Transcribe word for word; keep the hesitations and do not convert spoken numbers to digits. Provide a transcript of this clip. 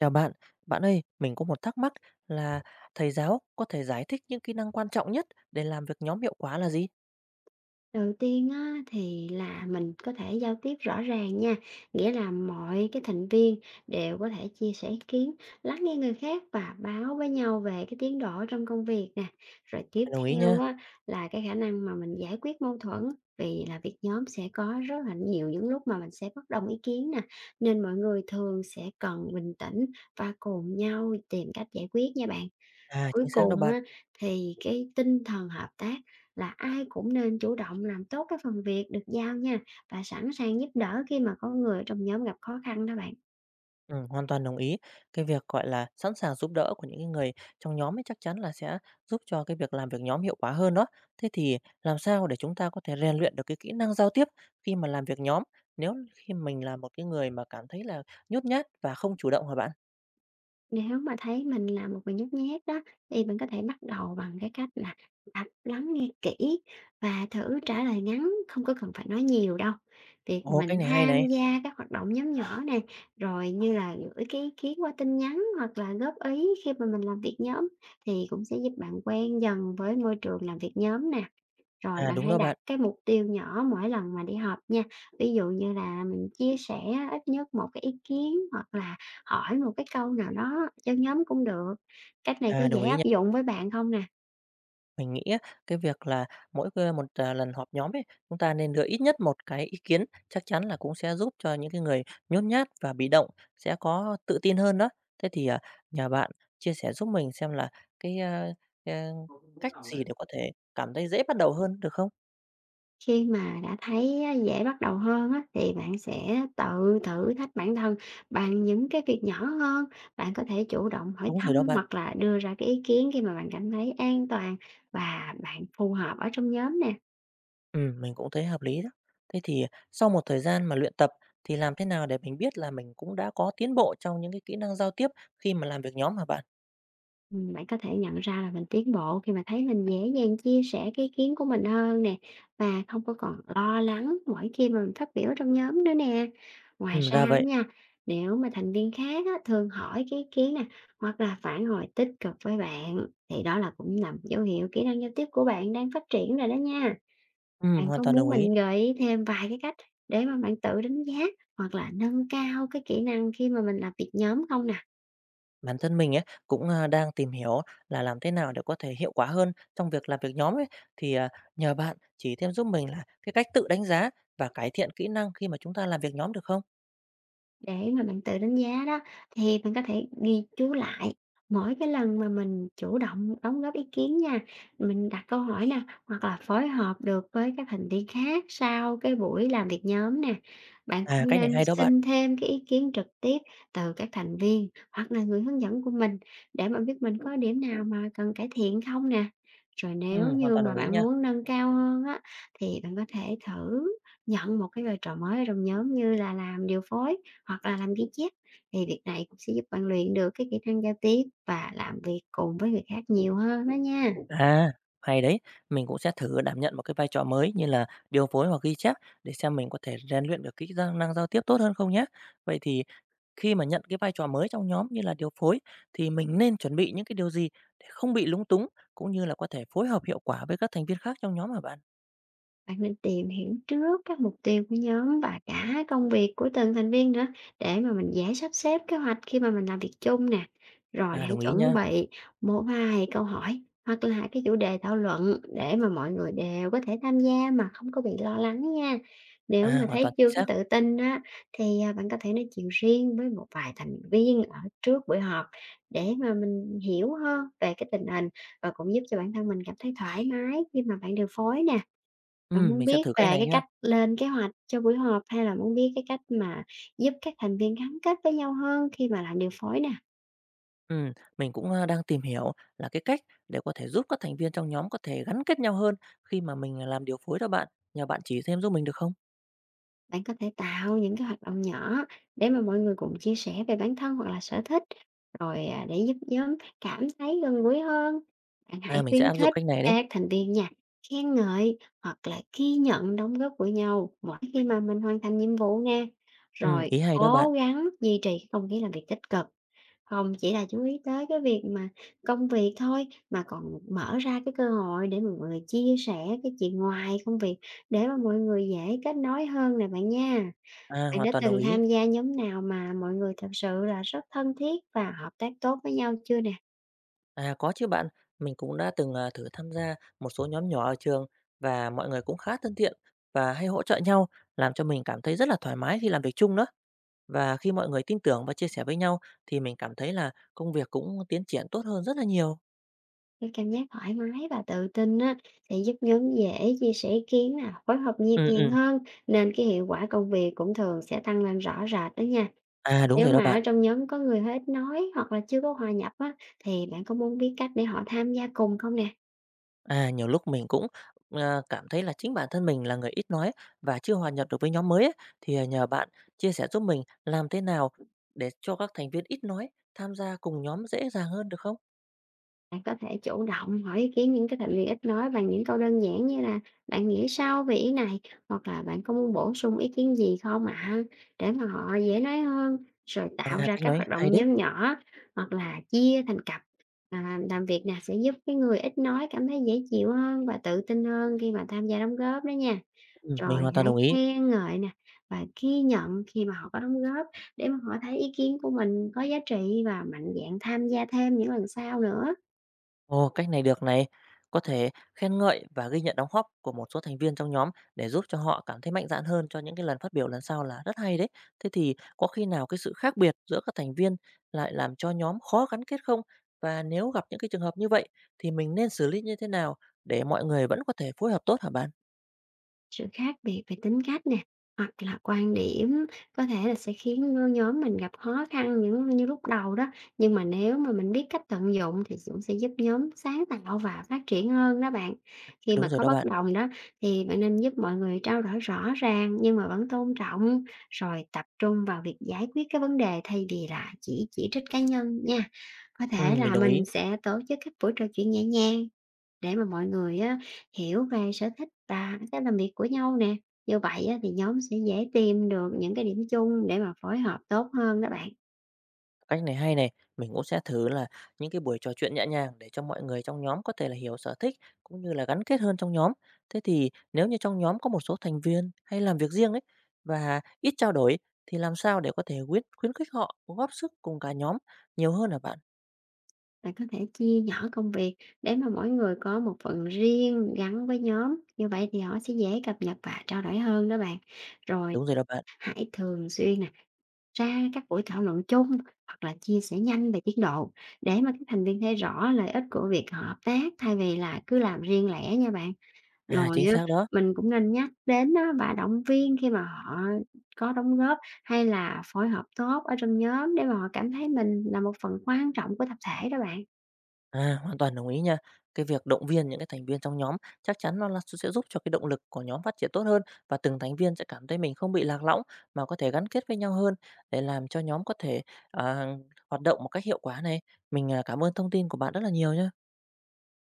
Chào bạn, bạn ơi, mình có một thắc mắc là thầy giáo có thể giải thích những kỹ năng quan trọng nhất để làm việc nhóm hiệu quả là gì? Đầu tiên á, thì là mình có thể giao tiếp rõ ràng nha, nghĩa là mọi cái thành viên đều có thể chia sẻ ý kiến, lắng nghe người khác và báo với nhau về cái tiến độ trong công việc nè. Rồi tiếp Bạn đồng ý theo nha. á, là cái khả năng mà mình giải quyết mâu thuẫn, vì là việc nhóm sẽ có rất là nhiều những lúc mà mình sẽ bất đồng ý kiến nè, nên mọi người thường sẽ cần bình tĩnh và cùng nhau tìm cách giải quyết nha bạn. À, Cuối chính xác đâu cùng bạn. á, thì cái tinh thần hợp tác là ai cũng nên chủ động làm tốt cái phần việc được giao nha, và sẵn sàng giúp đỡ khi mà có người ở trong nhóm gặp khó khăn đó bạn. Ừ, hoàn toàn đồng ý. Cái việc gọi là sẵn sàng giúp đỡ của những cái người trong nhóm ấy chắc chắn là sẽ giúp cho cái việc làm việc nhóm hiệu quả hơn đó. Thế thì làm sao để chúng ta có thể rèn luyện được cái kỹ năng giao tiếp khi mà làm việc nhóm nếu khi mình là một cái người mà cảm thấy là nhút nhát và không chủ động hả bạn? Nếu mà thấy mình là một người nhút nhát đó, thì bạn có thể bắt đầu bằng cái cách là tập lắng nghe kỹ và thử trả lời ngắn, không có cần phải nói nhiều đâu. Việc mà Ồ, mình cách này hay này. tham gia các hoạt động nhóm nhỏ nè, rồi như là gửi cái ý kiến qua tin nhắn hoặc là góp ý khi mà mình làm việc nhóm thì cũng sẽ giúp bạn quen dần với môi trường làm việc nhóm nè. Rồi À, bạn đúng hãy đó đặt bạn. cái mục tiêu nhỏ mỗi lần mà đi họp nha. Ví dụ như là mình chia sẻ ít nhất một cái ý kiến hoặc là hỏi một cái câu nào đó cho nhóm cũng được. Cách này có À, dễ đồng ý áp nha. dụng với bạn không nè? Mình nghĩ á, cái việc là mỗi, ơ, một, à, lần họp nhóm ấy, chúng ta nên đưa ít nhất một cái ý kiến, chắc chắn là cũng sẽ giúp cho những cái người nhút nhát và bị động sẽ có tự tin hơn đó. Thế thì, à, nhờ bạn chia sẻ giúp mình xem là cái, a, a, cách gì để có thể cảm thấy dễ bắt đầu hơn, được không? Khi mà đã thấy dễ bắt đầu hơn á, thì bạn sẽ tự thử thách bản thân bằng những cái việc nhỏ hơn. Bạn có thể chủ động hỏi Đúng rồi thăm đó bạn. hoặc là đưa ra cái ý kiến khi mà bạn cảm thấy an toàn và bạn phù hợp ở trong nhóm nè. Ừm, mình cũng thấy hợp lý đó. Thế thì sau một thời gian mà luyện tập thì làm thế nào để mình biết là mình cũng đã có tiến bộ trong những cái kỹ năng giao tiếp khi mà làm việc nhóm hả bạn? Ừm, bạn có thể nhận ra là mình tiến bộ khi mà thấy mình dễ dàng chia sẻ cái ý kiến của mình hơn nè, và không có còn lo lắng mỗi khi mà mình phát biểu trong nhóm nữa nè. Ngoài Ừm, ra ra vậy. nha, nếu mà thành viên khác á, thường hỏi cái ý kiến nè hoặc là phản hồi tích cực với bạn, thì đó là cũng là một dấu hiệu kỹ năng giao tiếp của bạn đang phát triển rồi đó nha. Ừm, Bạn hoàn có toàn muốn đồng ý. mình gợi ý thêm vài cái cách để mà bạn tự đánh giá hoặc là nâng cao cái kỹ năng khi mà mình làm việc nhóm không nè? Bản thân mình ấy cũng, a, đang tìm hiểu là làm thế nào để có thể hiệu quả hơn trong việc làm việc nhóm ấy, thì, à, nhờ bạn chỉ thêm giúp mình là cái cách tự đánh giá và cải thiện kỹ năng khi mà chúng ta làm việc nhóm được không? Để mà bạn tự đánh giá đó, thì bạn có thể ghi chú lại mỗi cái lần mà mình chủ động đóng góp ý kiến nha, mình đặt câu hỏi nè, hoặc là phối hợp được với các thành viên khác sau cái buổi làm việc nhóm nè. Bạn À, cũng cách này nên hay đó bạn. xin thêm cái ý kiến trực tiếp từ các thành viên hoặc là người hướng dẫn của mình, để mà biết mình có điểm nào mà cần cải thiện không nè. Rồi nếu Ừm, hoàn như toàn mà đồng ý bạn nha. muốn nâng cao hơn á, thì bạn có thể thử nhận một cái vai trò mới ở trong nhóm, như là làm điều phối hoặc là làm ghi chép. Thì việc này cũng sẽ giúp bạn luyện được cái kỹ năng giao tiếp và làm việc cùng với người khác nhiều hơn đó nha. À, hay đấy, mình cũng sẽ thử đảm nhận một cái vai trò mới như là điều phối hoặc ghi chép để xem mình có thể rèn luyện được kỹ năng năng giao tiếp tốt hơn không nhé. Vậy thì khi mà nhận cái vai trò mới trong nhóm như là điều phối thì mình nên chuẩn bị những cái điều gì để không bị lúng túng cũng như là có thể phối hợp hiệu quả với các thành viên khác trong nhóm hả bạn? Bạn nên tìm hiểu trước các mục tiêu của nhóm và cả công việc của từng thành viên nữa, để mà mình dễ sắp xếp kế hoạch khi mà mình làm việc chung nè. Rồi À, hãy đồng ý chuẩn nha. bị một vài câu hỏi hoặc là cái chủ đề thảo luận để mà mọi người đều có thể tham gia mà không có bị lo lắng nha. Nếu À, mà hoàn toàn thấy chính chưa có xác. tự tin á, thì à, bạn có thể nói chuyện riêng với một vài thành viên ở trước buổi họp, để mà mình hiểu hơn về cái tình hình và cũng giúp cho bản thân mình cảm thấy thoải mái khi mà bạn điều phối nè. Ừ, Bạn muốn mình sẽ biết thử cách về này cái nha. cách lên kế hoạch cho buổi họp, hay là muốn biết cái cách mà giúp các thành viên gắn kết với nhau hơn khi mà làm điều phối nè? Ừ, mình cũng à, đang tìm hiểu là cái cách để có thể giúp các thành viên trong nhóm có thể gắn kết nhau hơn khi mà mình làm điều phối đó bạn. Nhờ bạn chỉ thêm giúp mình được không? Bạn có thể tạo những cái hoạt động nhỏ để mà mọi người cùng chia sẻ về bản thân hoặc là sở thích. Rồi, à, để giúp nhóm cảm thấy gần gũi hơn, bạn À, hãy mình sẽ khuyến áp dụng khích cách này đấy. các thành viên nha, khen ngợi hoặc là ghi nhận đóng góp của nhau mỗi khi mà mình hoàn thành nhiệm vụ nha. Ừ, Rồi ý hay đó bạn. cố gắng duy trì không khí làm việc tích cực, không chỉ là chú ý tới cái việc mà công việc thôi, mà còn mở ra cái cơ hội để mọi người chia sẻ cái chuyện ngoài công việc, để mà mọi người dễ kết nối hơn nè bạn nha. À, Bạn hoàn đã toàn đồng từng ý. tham gia nhóm nào mà mọi người thật sự là rất thân thiết và hợp tác tốt với nhau chưa nè? À, có chứ bạn. Mình cũng đã từng, à, thử tham gia một số nhóm nhỏ ở trường và mọi người cũng khá thân thiện và hay hỗ trợ nhau, làm cho mình cảm thấy rất là thoải mái khi làm việc chung đó. Và khi mọi người tin tưởng và chia sẻ với nhau thì mình cảm thấy là công việc cũng tiến triển tốt hơn rất là nhiều. Cái cảm giác thoải mái và tự tin á, sẽ giúp nhóm dễ chia sẻ ý kiến nè, phối hợp nhịp Ừm, nhàng ừm. hơn, nên cái hiệu quả công việc cũng thường sẽ tăng lên rõ rệt đó nha. À, đúng Nếu rồi đó mà ở bạn. trong nhóm có người hết nói hoặc là chưa có hòa nhập á, thì bạn có muốn biết cách để họ tham gia cùng không nè? À, nhiều lúc mình cũng, ờ, cảm thấy là chính bản thân mình là người ít nói và chưa hòa nhập được với nhóm mới ấy, thì, à, nhờ bạn chia sẻ giúp mình làm thế nào để cho các thành viên ít nói tham gia cùng nhóm dễ dàng hơn được không? Bạn có thể chủ động hỏi ý kiến những cái thành viên ít nói bằng những câu đơn giản, như là bạn nghĩ sao về ý này, hoặc là bạn có muốn bổ sung ý kiến gì không ạ, để mà họ dễ nói hơn. Rồi tạo À, ra cách các nói hoạt hay động đấy. nhóm nhỏ hoặc là chia thành cặp à, làm việc nè, sẽ giúp cái người ít nói cảm thấy dễ chịu hơn và tự tin hơn khi mà tham gia đóng góp đó nha. Ừm, mình Rồi hoàn toàn hãy đồng ý. khen ngợi nè, và ghi nhận khi mà họ có đóng góp, để mà họ thấy ý kiến của mình có giá trị và mạnh dạn tham gia thêm những lần sau nữa. Ồ, cách này được này. Có thể khen ngợi và ghi nhận đóng góp của một số thành viên trong nhóm để giúp cho họ cảm thấy mạnh dạn hơn cho những cái lần phát biểu lần sau là rất hay đấy. Thế thì có khi nào cái sự khác biệt giữa các thành viên lại làm cho nhóm khó gắn kết không? Và nếu gặp những cái trường hợp như vậy thì mình nên xử lý như thế nào để mọi người vẫn có thể phối hợp tốt hả bạn? Sự khác biệt về tính cách nè, hoặc là quan điểm, có thể là sẽ khiến nhóm mình gặp khó khăn những như lúc đầu đó, nhưng mà nếu mà mình biết cách tận dụng thì cũng sẽ giúp nhóm sáng tạo và phát triển hơn đó bạn. Khi mà Đúng rồi có đó bất bạn. đồng đó, thì bạn nên giúp mọi người trao đổi rõ ràng nhưng mà vẫn tôn trọng, rồi tập trung vào việc giải quyết cái vấn đề thay vì là chỉ chỉ trích cá nhân nha. Có thể Ừm, mình là đồng mình ý. sẽ tổ chức các buổi trò chuyện nhẹ nhàng để mà mọi người á, hiểu về sở thích và cách làm việc của nhau nè. Như vậy á, thì nhóm sẽ dễ tìm được những cái điểm chung để mà phối hợp tốt hơn đó bạn. Cách này hay này, mình cũng sẽ thử là những cái buổi trò chuyện nhẹ nhàng để cho mọi người trong nhóm có thể là hiểu sở thích cũng như là gắn kết hơn trong nhóm. Thế thì nếu như trong nhóm có một số thành viên hay làm việc riêng ấy và ít trao đổi thì làm sao để có thể khuyến khuyến khích họ góp sức cùng cả nhóm nhiều hơn hả bạn? Bạn có thể chia nhỏ công việc để mà mỗi người có một phần riêng gắn với nhóm. Như vậy thì họ sẽ dễ cập nhật và trao đổi hơn đó bạn. Rồi Đúng rồi đó bạn. hãy thường xuyên nè, ra các buổi thảo luận chung hoặc là chia sẻ nhanh về tiến độ, để mà các thành viên thấy rõ lợi ích của việc hợp tác thay vì là cứ làm riêng lẻ nha bạn. À, Rồi chính á, xác đó. mình cũng nên nhắc đến á và động viên khi mà họ có đóng góp hay là phối hợp tốt ở trong nhóm, để mà họ cảm thấy mình là một phần quan trọng của tập thể đó bạn. À, hoàn toàn đồng ý nha. Cái việc động viên những cái thành viên trong nhóm chắc chắn nó là sẽ giúp cho cái động lực của nhóm phát triển tốt hơn và từng thành viên sẽ cảm thấy mình không bị lạc lõng mà có thể gắn kết với nhau hơn để làm cho nhóm có thể à, hoạt động một cách hiệu quả này. Mình à, cảm ơn thông tin của bạn rất là nhiều nhé.